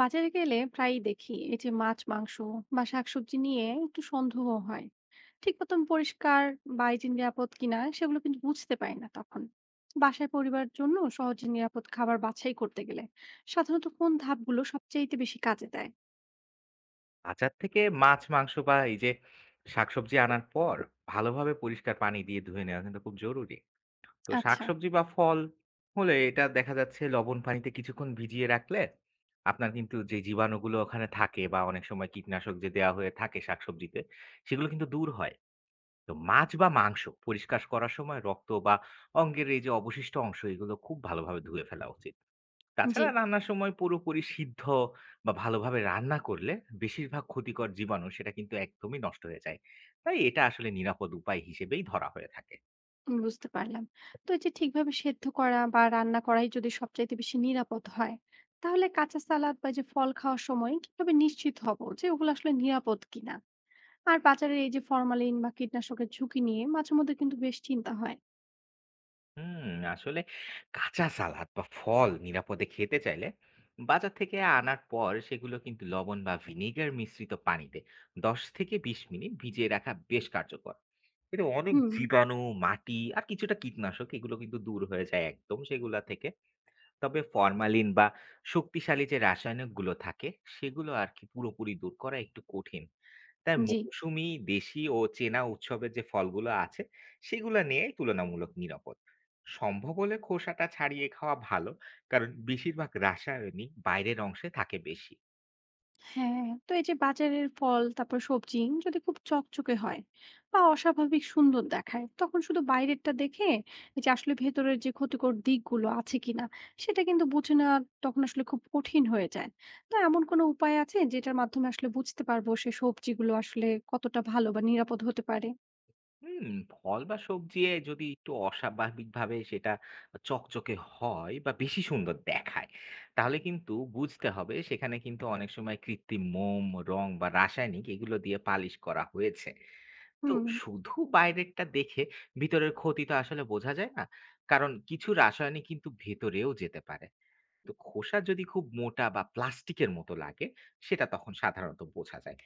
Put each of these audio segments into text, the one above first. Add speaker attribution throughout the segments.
Speaker 1: বাজারে গেলে প্রায়ই দেখি এই যে মাছ মাংস বা শাকসবজি নিয়ে একটু সন্দেহ হয়, ঠিক মতন পরিষ্কার বা এই যে নিরাপদ কিনা সেগুলো কিন্তু বুঝতে পারি না। তখন বাসায় পরিবারের জন্য সহজে নিরাপদ খাবার বাছাই করতে গেলে সাধারণত কোন ধাপগুলো সবচেয়ে বেশি কাজে দেয়?
Speaker 2: বাজার থেকে মাছ, মাংস বা এই যে শাকসবজি আনার পর ভালোভাবে পরিষ্কার পানি দিয়ে ধুয়ে নেওয়া কিন্তু খুব জরুরি। তো
Speaker 1: আচ্ছা।
Speaker 2: শাকসবজি বা ফল হলে এটা দেখা যাচ্ছে লবণ পানিতে কিছুক্ষণ ভিজিয়ে রাখলে আপনার কিন্তু যে জীবাণুগুলো ওখানে থাকে বা অনেক সময় কীটনাশক যে দেওয়া হয়ে থাকে শাকসবজিতে, সেগুলো কিন্তু দূর হয়। তো মাছ বা মাংস পরিষ্কার করার সময় রক্ত বা অঙ্গের এই যে অবশিষ্ট অংশ এগুলো খুব ভালোভাবে ধুয়ে ফেলা উচিত।
Speaker 1: জি।
Speaker 2: তাছাড়া রান্নার সময় পুরোপুরি সিদ্ধ বা ভালোভাবে রান্না করলে বেশিরভাগ ক্ষতিকর জীবাণু সেটা কিন্তু একদমই নষ্ট হয়ে যায়। তাই এটা আসলে নিরাপদ উপায় হিসেবেই ধরা হয়ে থাকে।
Speaker 1: বুঝতে পারলাম। তো এই যে ঠিকভাবে সেদ্ধ করা বা রান্না করাই যদি সবচাইতে বেশি নিরাপদ হয়, তাহলে কাঁচা সালাদ বা এই যে ফল খাওয়ার সময় কিভাবে নিশ্চিত হব যে ওগুলো আসলে নিরাপদ কিনা? আর বাজারের এই যে ফরমালিন বা কীটনাশকের ঝুঁকি নিয়ে মাঝে মধ্যে কিন্তু বেশ চিন্তা হয়।
Speaker 2: হুম, আসলে কাঁচা সালাদ বা ফল নিরাপদে খেতে চাইলে বাজার থেকে আনার পর সেগুলো কিন্তু লবণ বা ভিনেগার মিশ্রিত পানিতে ১০ থেকে ২০ মিনিট ভিজিয়ে রাখা বেশ কার্যকর। এতে অনেক
Speaker 1: হুম।
Speaker 2: জীবাণু, মাটি আর কিছুটা কীটনাশক এগুলো কিন্তু দূর হয়ে যায় একদম সেগুলা থেকে। তবে ফরমালিন বা শক্তিশালী যে রাসায়নিকগুলো থাকে সেগুলো আর কি পুরোপুরি দূর করা একটু কঠিন। তাই
Speaker 1: জি।
Speaker 2: মৌসুমী, দেশি ও চেনা উৎসবের যে ফলগুলো আছে সেগুলো নিয়েই তুলনামূলক নিরাপদ। সম্ভব হলে খোসাটা ছাড়িয়ে খাওয়া ভালো কারণ বেশিরভাগ রাসায়নিক বাইরের অংশে থাকে বেশি।
Speaker 1: হ্যাঁ। তো এই যে বাজারের ফল তারপর সবজি যদি খুব চকচকে হয় বা অস্বাভাবিক সুন্দর দেখায়, তখন শুধু বাইরেরটা দেখে এই যে আসলে ভেতরের যে ক্ষতিকর দিকগুলো আছে কিনা সেটা কিন্তু বুঝে নেওয়া তখন আসলে খুব কঠিন হয়ে যায়। তো এমন কোনো উপায় আছে যেটার মাধ্যমে আসলে বুঝতে পারবো সে সবজিগুলো আসলে কতটা ভালো বা নিরাপদ হতে পারে?
Speaker 2: হুম, ফল বা সবজি এ যদি একটু অস্বাভাবিকভাবে সেটা চকচকে হয় বা বেশি সুন্দর দেখায়, তাহলে কিন্তু বুঝতে হবে সেখানে কিন্তু অনেক সময় কৃত্রিম মোম, রং বা রাসায়নিক এগুলো দিয়ে পালিশ করা হয়েছে। তো
Speaker 1: হুম।
Speaker 2: শুধু বাইরেরটা দেখে ভিতরের ক্ষতিটা আসলে বোঝা যায় না। কারণ কিছু রাসায়নিক কিন্তু ভেতরেও যেতে পারে। তো খোসা যদি খুব মোটা বা প্লাস্টিকের মতো লাগে সেটা তখন সাধারণত বোঝা যায়।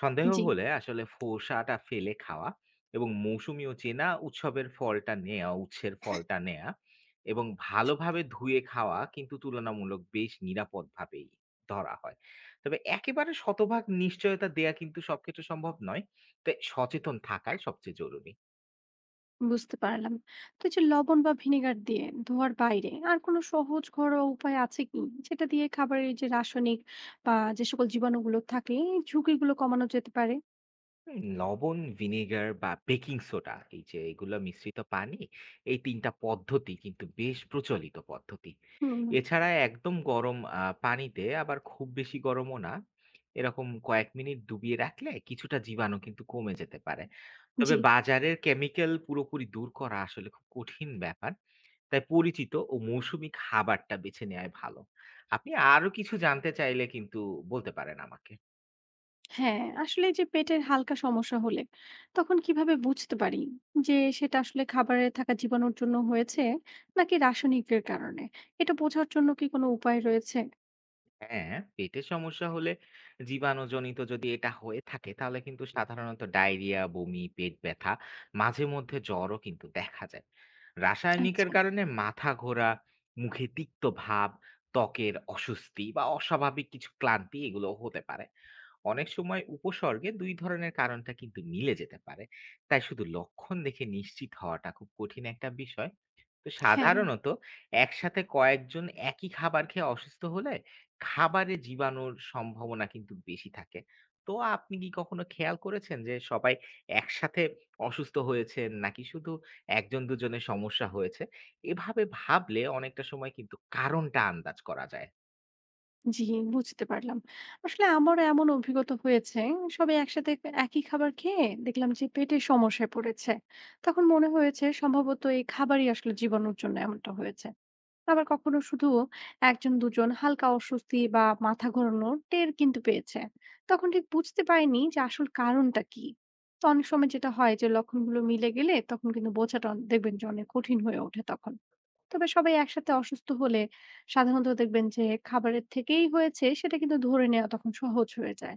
Speaker 2: সন্দেহ
Speaker 1: জি।
Speaker 2: হলে আসলে খোসাটা ফেলে খাওয়া এবং মৌসুমীও চেনা উৎসবের ফলটা নেওয়া উৎসের ফলটা নেওয়া এবং ভালোভাবে ধুয়ে খাওয়া কিন্তু তুলনামূলক বেশ নিরাপদভাবেই ধরা হয়। তবে একেবারে শতভাগ নিশ্চয়তা দেয়া কিন্তু সব ক্ষেত্রে সম্ভব নয়। তাই সচেতন থাকাই সবচেয়ে জরুরি।
Speaker 1: বুঝতে পারলাম। তো এই যে লবণ বা ভিনেগার দিয়ে ধোয়ার বাইরে আর কোনো সহজ ঘরোয়া উপায় আছে কি যেটা দিয়ে খাবারের যে রাসায়নিক বা যে সকল জীবাণুগুলো থাকে এই ঝুঁকিগুলো কমানো যেতে পারে?
Speaker 2: হুম, লবণ, ভিনেগার বা বেকিং সোডা এই যে এগুলো মিশ্রিত পানি, এই তিনটা পদ্ধতি কিন্তু বেশ প্রচলিত পদ্ধতি।
Speaker 1: হুম।
Speaker 2: এছাড়া একদম গরম পানিতে আবার খুব বেশি গরমও না, এরকম কয়েক মিনিট ডুবিয়ে রাখলে কিছুটা জীবাণু কিন্তু কমে যেতে পারে। তবে
Speaker 1: জি।
Speaker 2: বাজারের কেমিক্যাল পুরোপুরি দূর করা আসলে খুব কঠিন ব্যাপার। তাই পরিচিত ও মৌসুমী খাবারটা বেছে নেওয়াই ভালো। আপনি আরো কিছু জানতে চাইলে কিন্তু বলতে পারেন আমাকে।
Speaker 1: হ্যাঁ আসলে যে পেটের হালকা সমস্যা হলে তখন কিভাবে বুঝতে পারি যে সেটা আসলে খাবারে থাকা জীবাণুর জন্য হয়েছে নাকি রাসায়নিকের কারণে, এটা বোঝার জন্য কি কোনো উপায় রয়েছে?
Speaker 2: হ্যাঁ, পেটের সমস্যা হলে জীবাণুজনিত যদি এটা হয়ে থাকে তাহলে কিন্তু সাধারণত ডায়রিয়া, বমি, পেট ব্যথা, মাঝে মধ্যে জ্বরও কিন্তু দেখা যায়। রাসায়নিকের
Speaker 1: আচ্ছা।
Speaker 2: কারণে মাথা ঘোরা, মুখে তিক্ত ভাব, ত্বকের অস্বস্তি বা অস্বাভাবিক কিছু ক্লান্তি এগুলো হতে পারে। অনেক সময় উপসর্গে ২ ধরনের কারণটা কিন্তু মিলে যেতে পারে। তাই শুধু লক্ষণ দেখে নিশ্চিত হওয়াটা খুব কঠিন একটা বিষয়। তো
Speaker 1: হ্যাঁ।
Speaker 2: সাধারণত একসাথে কয়েকজন একই খাবার খেয়ে অসুস্থ হলে খাবারে জীবাণুর সম্ভাবনা কিন্তু বেশি থাকে। তো আপনি কি কখনো খেয়াল করেছেন যে সবাই একসাথে অসুস্থ হয়েছে নাকি শুধু একজন দুজনের সমস্যা হয়েছে? এভাবে ভাবলে অনেকটা সময় কিন্তু কারণটা আন্দাজ করা যায়।
Speaker 1: জি, বুঝতে পারলাম। আসলে আমারও এমন অভিজ্ঞতা হয়েছে। সবাই একসাথে একই খাবার খেয়ে দেখলাম যে পেটের সমস্যায় পড়েছে। তখন মনে হয়েছে সম্ভবত এই খাবারই আসলে জীবাণুর জন্য এমনটা হয়েছে। আবার কখনো শুধু ১ জন ২ জন হালকা অস্বস্তি বা মাথা ঘোরানোর টের কিন্তু পেয়েছে। তখন ঠিক বুঝতে পারিনি যে আসল কারণটা কি? তো অনেক সময় যেটা হয় যে লক্ষণগুলো মিলে গেলে তখন কিন্তু বোঝাটা দেখবেন যে অনেক কঠিন হয়ে ওঠে তখন। তবে সবাই একসাথে অসুস্থ হলে সাধারণত দেখবেন যে খাবারের থেকেই হয়েছে সেটা কিন্তু ধরে নেওয়া তখন সহজ হয়ে যায়।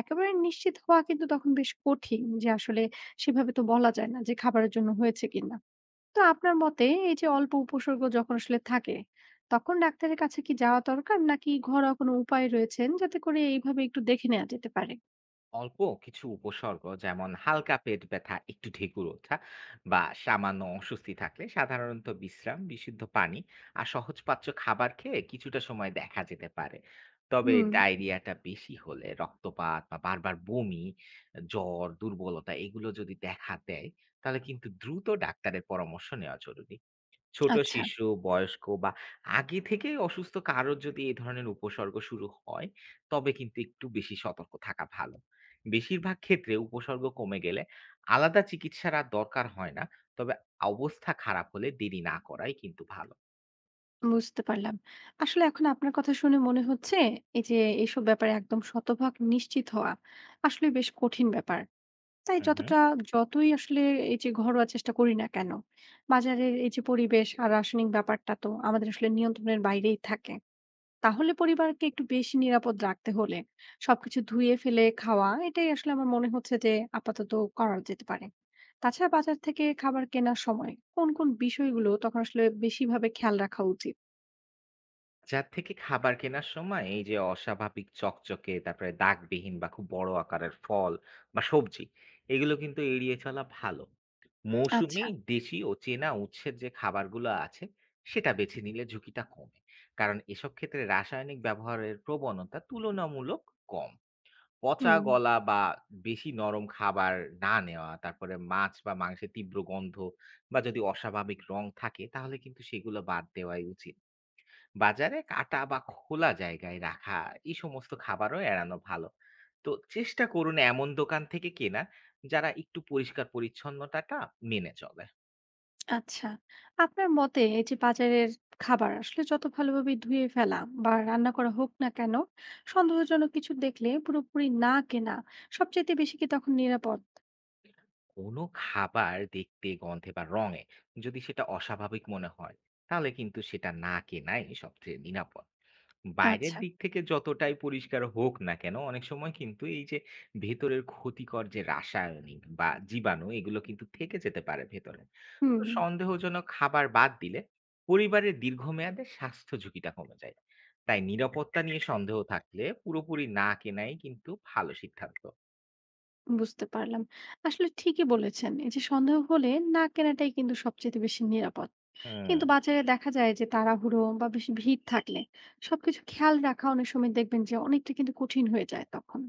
Speaker 1: একেবারে নিশ্চিত হওয়া কিন্তু তখন বেশ কঠিন যে আসলে সেভাবে তো বলা যায় না যে খাবারের জন্য হয়েছে কিনা। তো আপনার মতে এই যে অল্প উপসর্গ যখন আসলে থাকে, তখন ডাক্তারের কাছে কি যাওয়া দরকার নাকি ঘরোয়া কোনো উপায় রয়েছেন যাতে করে এইভাবে একটু দেখে নেওয়া যেতে পারে?
Speaker 2: অল্প কিছু উপসর্গ যেমন হালকা পেট ব্যথা, একটু ঢেকুর ওঠা বা সামান্য অস্বস্তি থাকলে সাধারণত বিশ্রাম, বিশুদ্ধ পানি আর সহজপাচ্য খাবার খেয়ে কিছুটা সময় দেখা যেতে পারে। তবে
Speaker 1: হুম।
Speaker 2: ডায়রিয়াটা বেশি হলে রক্তপাত বা বারবার বমি, জ্বর, দুর্বলতা এগুলো যদি দেখা দেয়, তাহলে কিন্তু দ্রুত ডাক্তারের পরামর্শ নেওয়া জরুরি। ছোট
Speaker 1: আচ্ছা।
Speaker 2: শিশু, বয়স্ক বা আগে থেকেই অসুস্থ কারোর যদি এ ধরনের উপসর্গ শুরু হয়, তবে কিন্তু একটু বেশি সতর্ক থাকা ভালো। বেশিরভাগ ক্ষেত্রে উপসর্গ কমে গেলে আলাদা চিকিৎসার আর দরকার হয় না। তবে অবস্থা খারাপ হলে দেরি না করাই কিন্তু ভালো।
Speaker 1: বুঝতে পারলাম। আসলে এখন আপনার কথা শুনে মনে হচ্ছে, এই যে এসব ব্যাপারে একদম শতভাগ নিশ্চিত হওয়া আসলে বেশ কঠিন ব্যাপার। তাই
Speaker 2: হু, হু।
Speaker 1: যতই আসলে এই যে ঘরোয়া চেষ্টা করি না কেন, বাজারের এই যে পরিবেশ আর রাসায়নিক ব্যাপারটা তো আমাদের আসলে নিয়ন্ত্রণের বাইরেই থাকে। তাহলে পরিবারকে একটু বেশি নিরাপদ রাখতে হলে সবকিছু ধুয়ে ফেলে খাওয়া, এটাই আসলে আমার মনে হচ্ছে যে আপাতত করা যেতে পারে। তাছাড়া বাজার থেকে খাবার কেনার সময় কোন বিষয়গুলো তখন আসলে বেশিভাবে খেয়াল রাখা উচিত?
Speaker 2: বাজার থেকে খাবার কেনার সময় এই যে অস্বাভাবিক চকচকে, তারপরে দাগবিহীন বা খুব বড় আকারের ফল বা সবজি, এগুলো কিন্তু এড়িয়ে চলা ভালো। মৌসুমি,
Speaker 1: আচ্ছা।
Speaker 2: দেশি ও চেনা উৎসের যে খাবারগুলো আছে সেটা বেছে নিলে ঝুঁকিটা কমে, কারণ এসব ক্ষেত্রে রাসায়নিক ব্যবহারের প্রবণতা তুলনামূলক কম। পচা
Speaker 1: হুম,
Speaker 2: গলা বা বেশি নরম খাবার না নেওয়া, তারপরে মাছ বা মাংসের তীব্র গন্ধ বা যদি অস্বাভাবিক রং থাকে তাহলে কিন্তু সেগুলো বাদ দেওয়াই উচিত। বাজারে কাটা বা খোলা জায়গায় রাখা এই সমস্ত খাবারও এড়ানো ভালো। তো চেষ্টা করুন এমন দোকান থেকে কেনা যারা একটু পরিষ্কার পরিচ্ছন্নতাটা মেনে চলে।
Speaker 1: আচ্ছা। আপনার মতে এই যে বাজারের খাবার আসলে যত ভালোভাবে ধুয়ে ফেলা বা রান্না করা হোক না কেন, সন্দেহজনক কিছু দেখলে পুরোপুরি না কেনা সবচাইতে বেশি কি তখন নিরাপদ?
Speaker 2: কোনো খাবার দেখতে গন্ধে বা রঙে যদি সেটা অস্বাভাবিক মনে হয় তাহলে কিন্তু সেটা না কেনাই সবচেয়ে নিরাপদ। বাইরের
Speaker 1: আচ্ছা,
Speaker 2: দিক থেকে যতটাই পরিষ্কার হোক না কেন, অনেক সময় কিন্তু এই যে ভেতরের ক্ষতিকর যে রাসায়নিক বা জীবাণু এগুলো কিন্তু থেকে যেতে পারে ভেতরে। তো
Speaker 1: হুম,
Speaker 2: সন্দেহজনক খাবার বাদ দিলে পরিবারের দীর্ঘমেয়াদে স্বাস্থ্য ঝুঁকিটা কমে যায়। তাই নিরাপত্তা নিয়ে সন্দেহ থাকলে পুরোপুরি না কেনাই কিন্তু ভালো সিদ্ধান্ত।
Speaker 1: বুঝতে পারলাম। আসলে ঠিকই বলেছেন। এই যে সন্দেহ হলে না কেনাটাই কিন্তু সবচাইতে বেশি নিরাপদ।
Speaker 2: হুম,
Speaker 1: কিন্তু বাজারে দেখা যায় যে তাড়াহুড়ো বা বেশি ভিড় থাকলে সবকিছু খেয়াল রাখা অনেক সময় দেখবেন যে অনেকটা কিন্তু কঠিন হয়ে যায় তখন।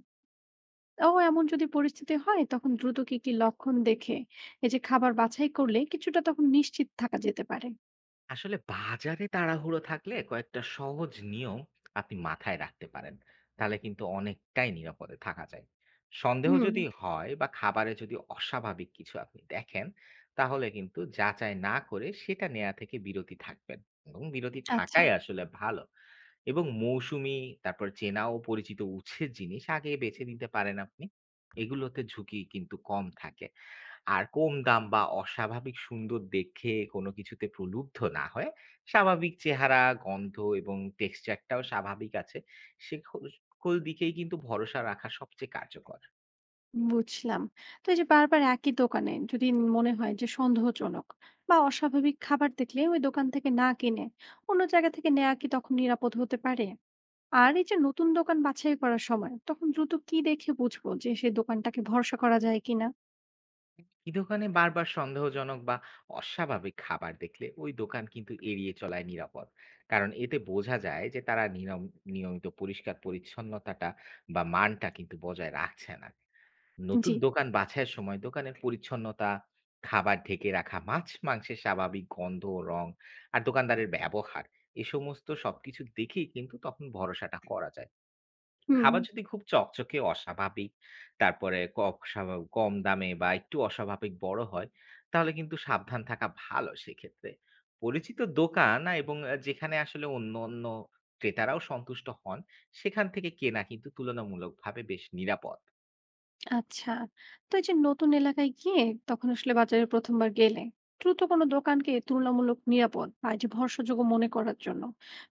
Speaker 1: ও এমন যদি পরিস্থিতি হয় তখন দ্রুত কি কি লক্ষণ দেখে এই যে খাবার বাছাই করলে কিছুটা তখন নিশ্চিত থাকা যেতে পারে?
Speaker 2: আসলে বাজারে তাড়াহুড়ো থাকলে কয়েকটা সহজ নিয়ম আপনি মাথায় রাখতে পারেন, তাহলে কিন্তু অনেকটাই নিরাপদে থাকা যায়। সন্দেহ
Speaker 1: হুম।
Speaker 2: যদি হয় বা খাবারে যদি অস্বাভাবিক কিছু আপনি দেখেন, তাহলে কিন্তু যাচাই না করে সেটা নেওয়া থেকে বিরতি থাকবেন এবং বিরতি
Speaker 1: আচ্ছা।
Speaker 2: থাকাই আসলে ভালো। এবং মৌসুমি, তারপর চেনা ও পরিচিত উৎসের জিনিস আগে বেছে নিতে পারেন আপনি, এগুলোতে ঝুঁকি কিন্তু কম থাকে। আর কম দাম বা অস্বাভাবিক সুন্দর দেখে কোনো কিছুতে প্রলুব্ধ না হয়ে স্বাভাবিক চেহারা, গন্ধ এবং টেক্সচারটাও স্বাভাবিক আছে, সে খোল সকল দিকেই কিন্তু ভরসা রাখা সবচেয়ে কার্যকর।
Speaker 1: বুঝলাম। তো এই যে বারবার একই দোকানে যদি মনে হয় যে সন্দেহজনক বা অস্বাভাবিক খাবার দেখলে ওই দোকান থেকে না কিনে অন্য জায়গা থেকে নেওয়া কি তখন নিরাপদ হতে পারে? আর এই যে নতুন দোকান বাছাই করার সময় তখন দ্রুত কি দেখে বুঝবো যে সেই দোকানটাকে ভরসা করা যায় কিনা?
Speaker 2: এই দোকানে বারবার সন্দেহজনক বা অস্বাভাবিক খাবার দেখলে ওই দোকান কিন্তু এড়িয়ে চলাই নিরাপদ। কারণ এতে বোঝা যায় যে তারা নিয়মিত পরিষ্কার পরিচ্ছন্নতাটা বা মানটা কিন্তু বজায় রাখছে না।
Speaker 1: জি।
Speaker 2: নতুন দোকান বাছাইয়ের সময় দোকানের পরিচ্ছন্নতা, খাবার ঢেকে রাখা, মাছ মাংসের স্বাভাবিক গন্ধ, রং আর দোকানদারের ব্যবহার, এ সমস্ত সবকিছু দেখেই কিন্তু তখন ভরসাটা করা যায়।
Speaker 1: হুম।
Speaker 2: খাবার যদি খুব চকচকে অস্বাভাবিক, তারপরে ক স্বাভা কম দামে বা একটু অস্বাভাবিক বড় হয়, তাহলে কিন্তু সাবধান থাকা ভালো সেক্ষেত্রে। পরিচিত দোকান এবং যেখানে আসলে অন্যান্য ক্রেতারাও সন্তুষ্ট হন, সেখান থেকে কেনা কিন্তু তুলনামূলকভাবে বেশ নিরাপদ।
Speaker 1: আচ্ছা। তো এই যে নতুন এলাকায় গিয়ে তখন আসলে বাজারে ১ম বার গেলে দ্রুত কোনো দোকানকে তুলনামূলক নিরাপদ বা এই যে ভরসাযোগ্য মনে করার জন্য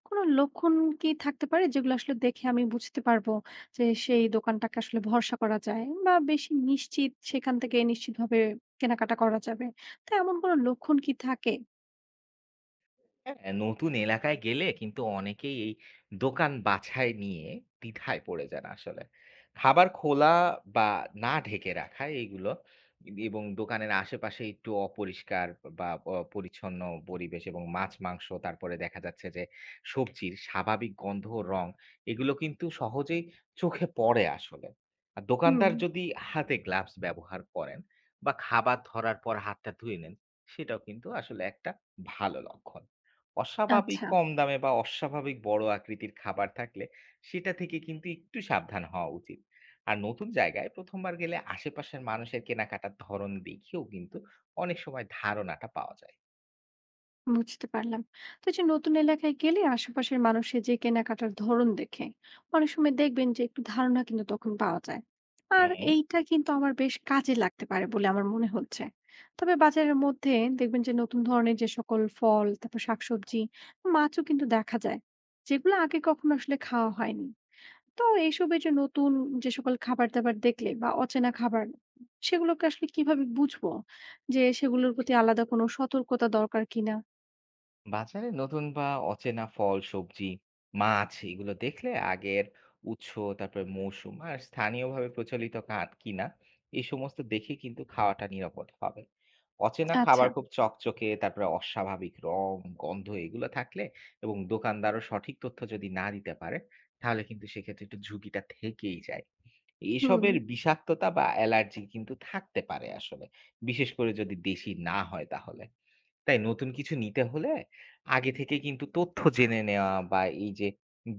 Speaker 1: কোনো লক্ষণ কি থাকতে পারে যেগুলো আসলে দেখে আমি বুঝতে পারবো যে সেই দোকানটাকে আসলে ভরসা করা যায় বা বেশি নিশ্চিত সেখান থেকে নিশ্চিতভাবে কেনাকাটা করা যাবে? তো এমন কোনো লক্ষণ কি থাকে?
Speaker 2: হ্যাঁ, নতুন এলাকায় গেলে কিন্তু অনেকেই এই দোকান বাছাই নিয়ে দ্বিধায় পড়ে যান আসলে। খাবার খোলা বা না ঢেকে রাখা এইগুলো এবং দোকানের আশেপাশে একটু অপরিষ্কার বা অপরিচ্ছন্ন পরিবেশ এবং মাছ, মাংস, তারপরে দেখা যাচ্ছে যে সবজির স্বাভাবিক গন্ধ ও রং, এগুলো কিন্তু সহজেই চোখে পড়ে আসলে। আর
Speaker 1: হুম।
Speaker 2: দোকানদার যদি হাতে গ্লাভস ব্যবহার করেন বা খাবার ধরার পর হাতটা ধুয়ে নেন, সেটাও কিন্তু আসলে একটা ভালো লক্ষণ। অস্বাভাবিক
Speaker 1: আচ্ছা।
Speaker 2: কম দামে বা অস্বাভাবিক বড় আকৃতির খাবার থাকলে সেটা থেকে কিন্তু একটু সাবধান হওয়া উচিত। আর নতুন জায়গায় প্রথমবার গেলে আশেপাশের মানুষের কেনাকাটার ধরন দেখেও কিন্তু অনেক সময় ধারণাটা পাওয়া যায়।
Speaker 1: বুঝতে পারলাম। তো এই যে নতুন এলাকায় গেলে আশেপাশের মানুষের যে কেনাকাটার ধরন দেখে অনেক সময় দেখবেন যে একটু ধারণা কিন্তু তখন পাওয়া যায়। আর
Speaker 2: হুম,
Speaker 1: এইটা কিন্তু আমার বেশ কাজে লাগতে পারে বলে আমার মনে হচ্ছে। তবে বাজারের মধ্যে দেখবেন যে নতুন ধরনের যে সকল ফল, তারপর শাকসবজি, মাছও কিন্তু দেখা যায়। যেগুলো আগে কখনো আসলে খাওয়া হয়নি। তো এইসবের যে নতুন যে সকল খাবার-দাবার দেখলে বা অচেনা খাবার সেগুলোকে আসলে কিভাবে বুঝবো যে সেগুলোর প্রতি আলাদা কোনো সতর্কতা দরকার কিনা?
Speaker 2: বাজারে নতুন বা অচেনা ফল, সবজি, মাছ এগুলো দেখলে আগের উৎস, তারপরে মৌসুম আর স্থানীয়ভাবে প্রচলিত ঘাট কিনা, এই সমস্ত দেখে কিন্তু খাওয়াটা নিরাপদ হবে। অচেনা
Speaker 1: আচ্ছা,
Speaker 2: খাবার খুব চকচকে, তারপরে অস্বাভাবিক রং, গন্ধ এগুলো থাকলে এবং দোকানদারও সঠিক তথ্য যদি না দিতে পারে, তাহলে কিন্তু সেক্ষেত্রে একটু ঝুঁকিটা থেকেই যায়।
Speaker 1: হুম,
Speaker 2: এসবের বিষাক্ততা বা অ্যালার্জি কিন্তু থাকতে পারে আসলে। বিশেষ করে যদি দেশি না হয় তাহলে। তাই নতুন কিছু নিতে হলে আগে থেকে কিন্তু তথ্য জেনে নেওয়া বা এই যে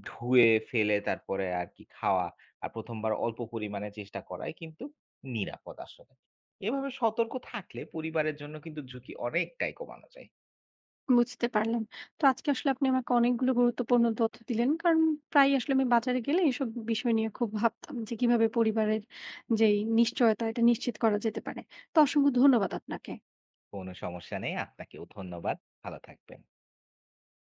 Speaker 2: ধুয়ে ফেলে তারপরে আর কি খাওয়া, আর প্রথমবার অল্প পরিমাণে চেষ্টা করাই কিন্তু নিরাপদ আসলে। এভাবে সতর্ক থাকলে পরিবারের জন্য কিন্তু ঝুঁকি অনেকটাই কমানো যায়।
Speaker 1: বুঝতে পারলাম। তো আজকে আসলে আপনি আমাকে অনেকগুলো গুরুত্বপূর্ণ তথ্য দিলেন। কারণ প্রায়ই আসলে আমি বাজারে গেলে এসব বিষয় নিয়ে খুব ভাবতাম যে কিভাবে পরিবারের যেই নিশ্চয়তা এটা নিশ্চিত করা যেতে পারে। তো অসংখ্য ধন্যবাদ আপনাকে।
Speaker 2: কোনো সমস্যা নেই। আপনাকেও ধন্যবাদ। ভালো থাকবেন।